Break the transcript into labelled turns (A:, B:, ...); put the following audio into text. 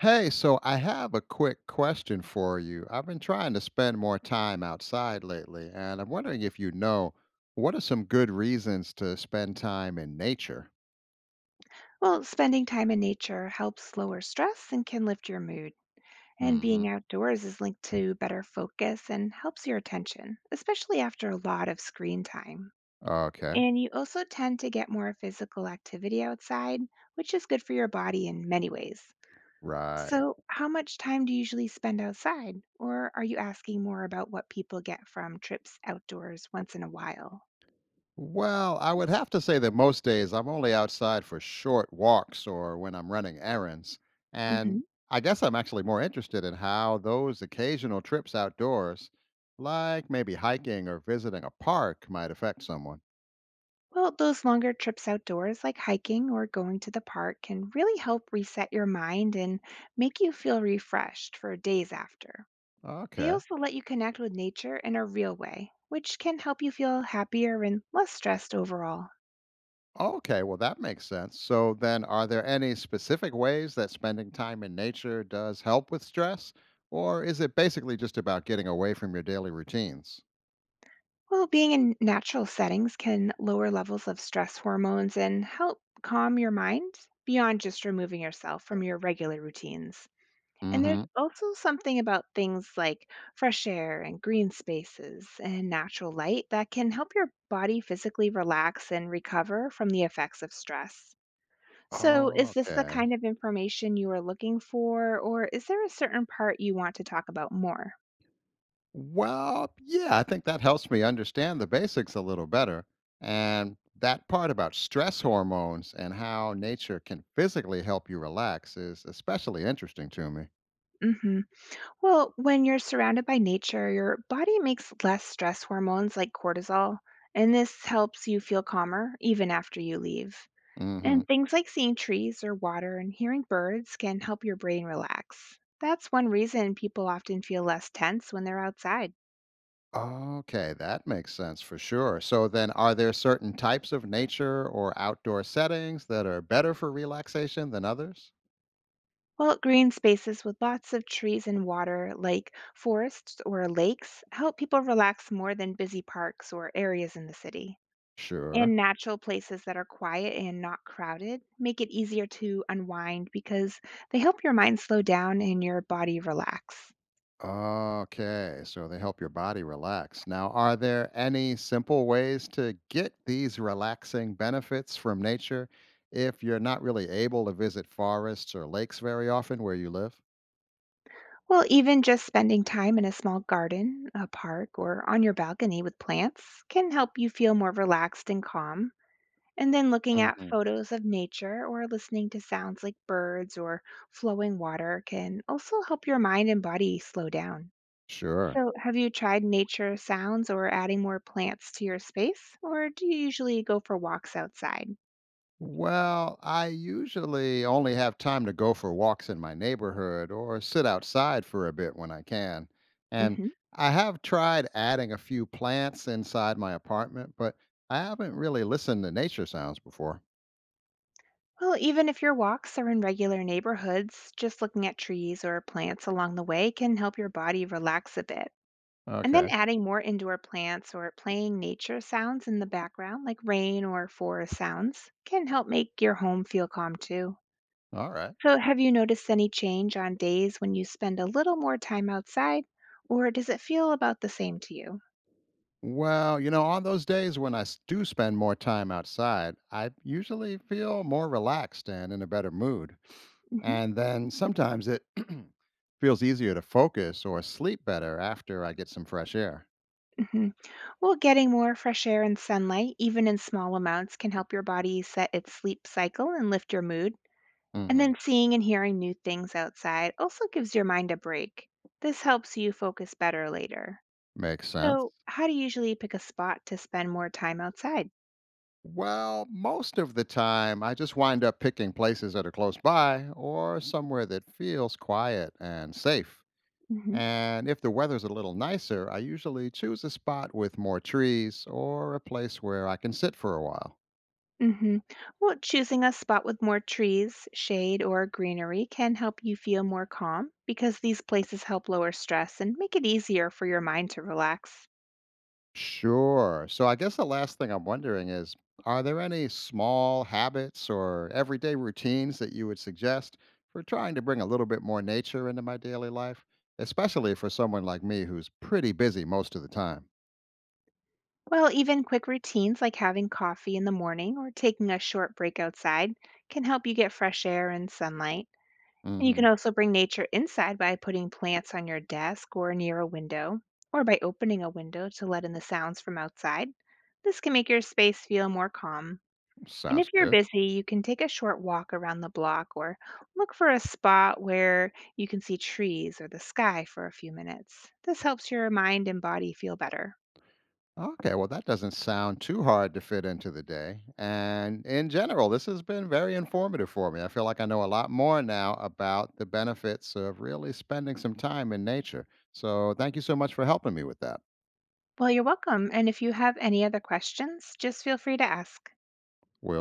A: Hey, so I have a quick question for you. I've been trying to spend more time outside lately, and I'm wondering if you know what are some good reasons to spend time in nature?
B: Well, spending time in nature helps lower stress and can lift your mood. And
A: Hmm.
B: being outdoors is linked to better focus and helps your attention, especially after a lot of screen time.
A: Okay,
B: And you also tend to get more physical activity outside, which is good for your body in many ways.
A: right.
B: So, how much time do you usually spend outside? Or are you asking more about what people get from trips outdoors once in a while?
A: Well, I would have to say that most days I'm only outside for short walks or when I'm running errands.
B: Mm-hmm.
A: And I guess I'm actually more interested in how those occasional trips outdoors, like maybe hiking or visiting a park, might affect someone.
B: Well, those longer trips outdoors, like hiking or going to the park, can really help reset your mind and make you feel refreshed for days after. They
A: Okay.
B: also let you connect with nature in a real way, which can help you feel happier and less stressed overall.
A: Okay, well, that makes sense. So, then are there any specific ways that spending time in nature does help with stress? Or is it basically just about getting away from your daily routines?
B: Well, being in natural settings can lower levels of stress hormones and help calm your mind beyond just removing yourself from your regular routines. And there's
A: Hmm.
B: also something about things like fresh air and green spaces and natural light that can help your body physically relax and recover from the effects of stress. So, is this the
A: Okay.
B: kind of information you are looking for, or is there a certain part you want to talk about more?
A: Well, yeah, I think that helps me understand the basics a little better. And that part about stress hormones and how nature can physically help you relax is especially interesting to me.
B: Hmm. Well, when you're surrounded by nature, your body makes less stress hormones like cortisol, and this helps you feel calmer even after you leave.
A: Hmm.
B: And things like seeing trees or water and hearing birds can help your brain relax. That's one reason people often feel less tense when they're outside.
A: Okay, that makes sense for sure. So then are there certain types of nature or outdoor settings that are better for relaxation than others?
B: Well, green spaces with lots of trees and water, like forests or lakes, help people relax more than busy parks or areas in the city.
A: Sure.
B: And natural places that are quiet and not crowded make it easier to unwind because they help your mind slow down and your body relax.
A: Okay, so they help your body relax. Now, are there any simple ways to get these relaxing benefits from nature if you're not really able to visit forests or lakes very often where you live?
B: Well, even just spending time in a small garden, a park, or on your balcony with plants can help you feel more relaxed and calm. And then looking at
A: Hmm.
B: photos of nature or listening to sounds like birds or flowing water can also help your mind and body slow down.
A: Sure.
B: So, have you tried nature sounds or adding more plants to your space, or do you usually go for walks outside?
A: Well, I usually only have time to go for walks in my neighborhood or sit outside for a bit when I can. And
B: Hmm.
A: I have tried adding a few plants inside my apartment, but I haven't really listened to nature sounds before.
B: Well, even if your walks are in regular neighborhoods, just looking at trees or plants along the way can help your body relax a bit. And then
A: Okay.
B: adding more indoor plants or playing nature sounds in the background, like rain or forest sounds, can help make your home feel calm too.
A: All right.
B: So, have you noticed any change on days when you spend a little more time outside, or does it feel about the same to you?
A: Well, on those days when do spend more time outside, I usually feel more relaxed and in a better mood.
B: Hmm.
A: And then sometimes it feels easier to focus or sleep better after I get some fresh air.
B: Hmm. Well, getting more fresh air and sunlight, even in small amounts, can help your body set its sleep cycle and lift your mood. And
A: Hmm.
B: then seeing and hearing new things outside also gives your mind a break. This helps you focus better later.
A: Makes sense.
B: So, how do you usually pick a spot to spend more time outside?
A: Well, most of the time, I just wind up picking places that are close by or somewhere that feels quiet and safe.
B: Hmm.
A: And if the weather's a little nicer, I usually choose a spot with more trees or a place where I can sit for a while.
B: Hmm. Well, choosing a spot with more trees, shade, or greenery can help you feel more calm because these places help lower stress and make it easier for your mind to relax.
A: Sure. So I guess the last thing I'm wondering is, are there any small habits or everyday routines that you would suggest for trying to bring a little bit more nature into my daily life, especially for someone like me who's pretty busy most of the time?
B: Well, even quick routines like having coffee in the morning or taking a short break outside can help you get fresh air and sunlight. And you can
A: Hmm.
B: also bring nature inside by putting plants on your desk or near a window, or by opening a window to let in the sounds from outside. This can make your space feel more calm. And
A: Sounds
B: if you're
A: good.
B: busy, you can take a short walk around the block or look for a spot where you can see trees or the sky for a few minutes. This helps your mind and body feel better.
A: Okay, well, that doesn't sound too hard to fit into the day. And in general, this has been very informative for me. I feel like I know a lot more now about the benefits of really spending some time in nature. So thank you so much for helping me with that.
B: Well, you're welcome. And if you have any other questions, just feel free to ask.
A: Well,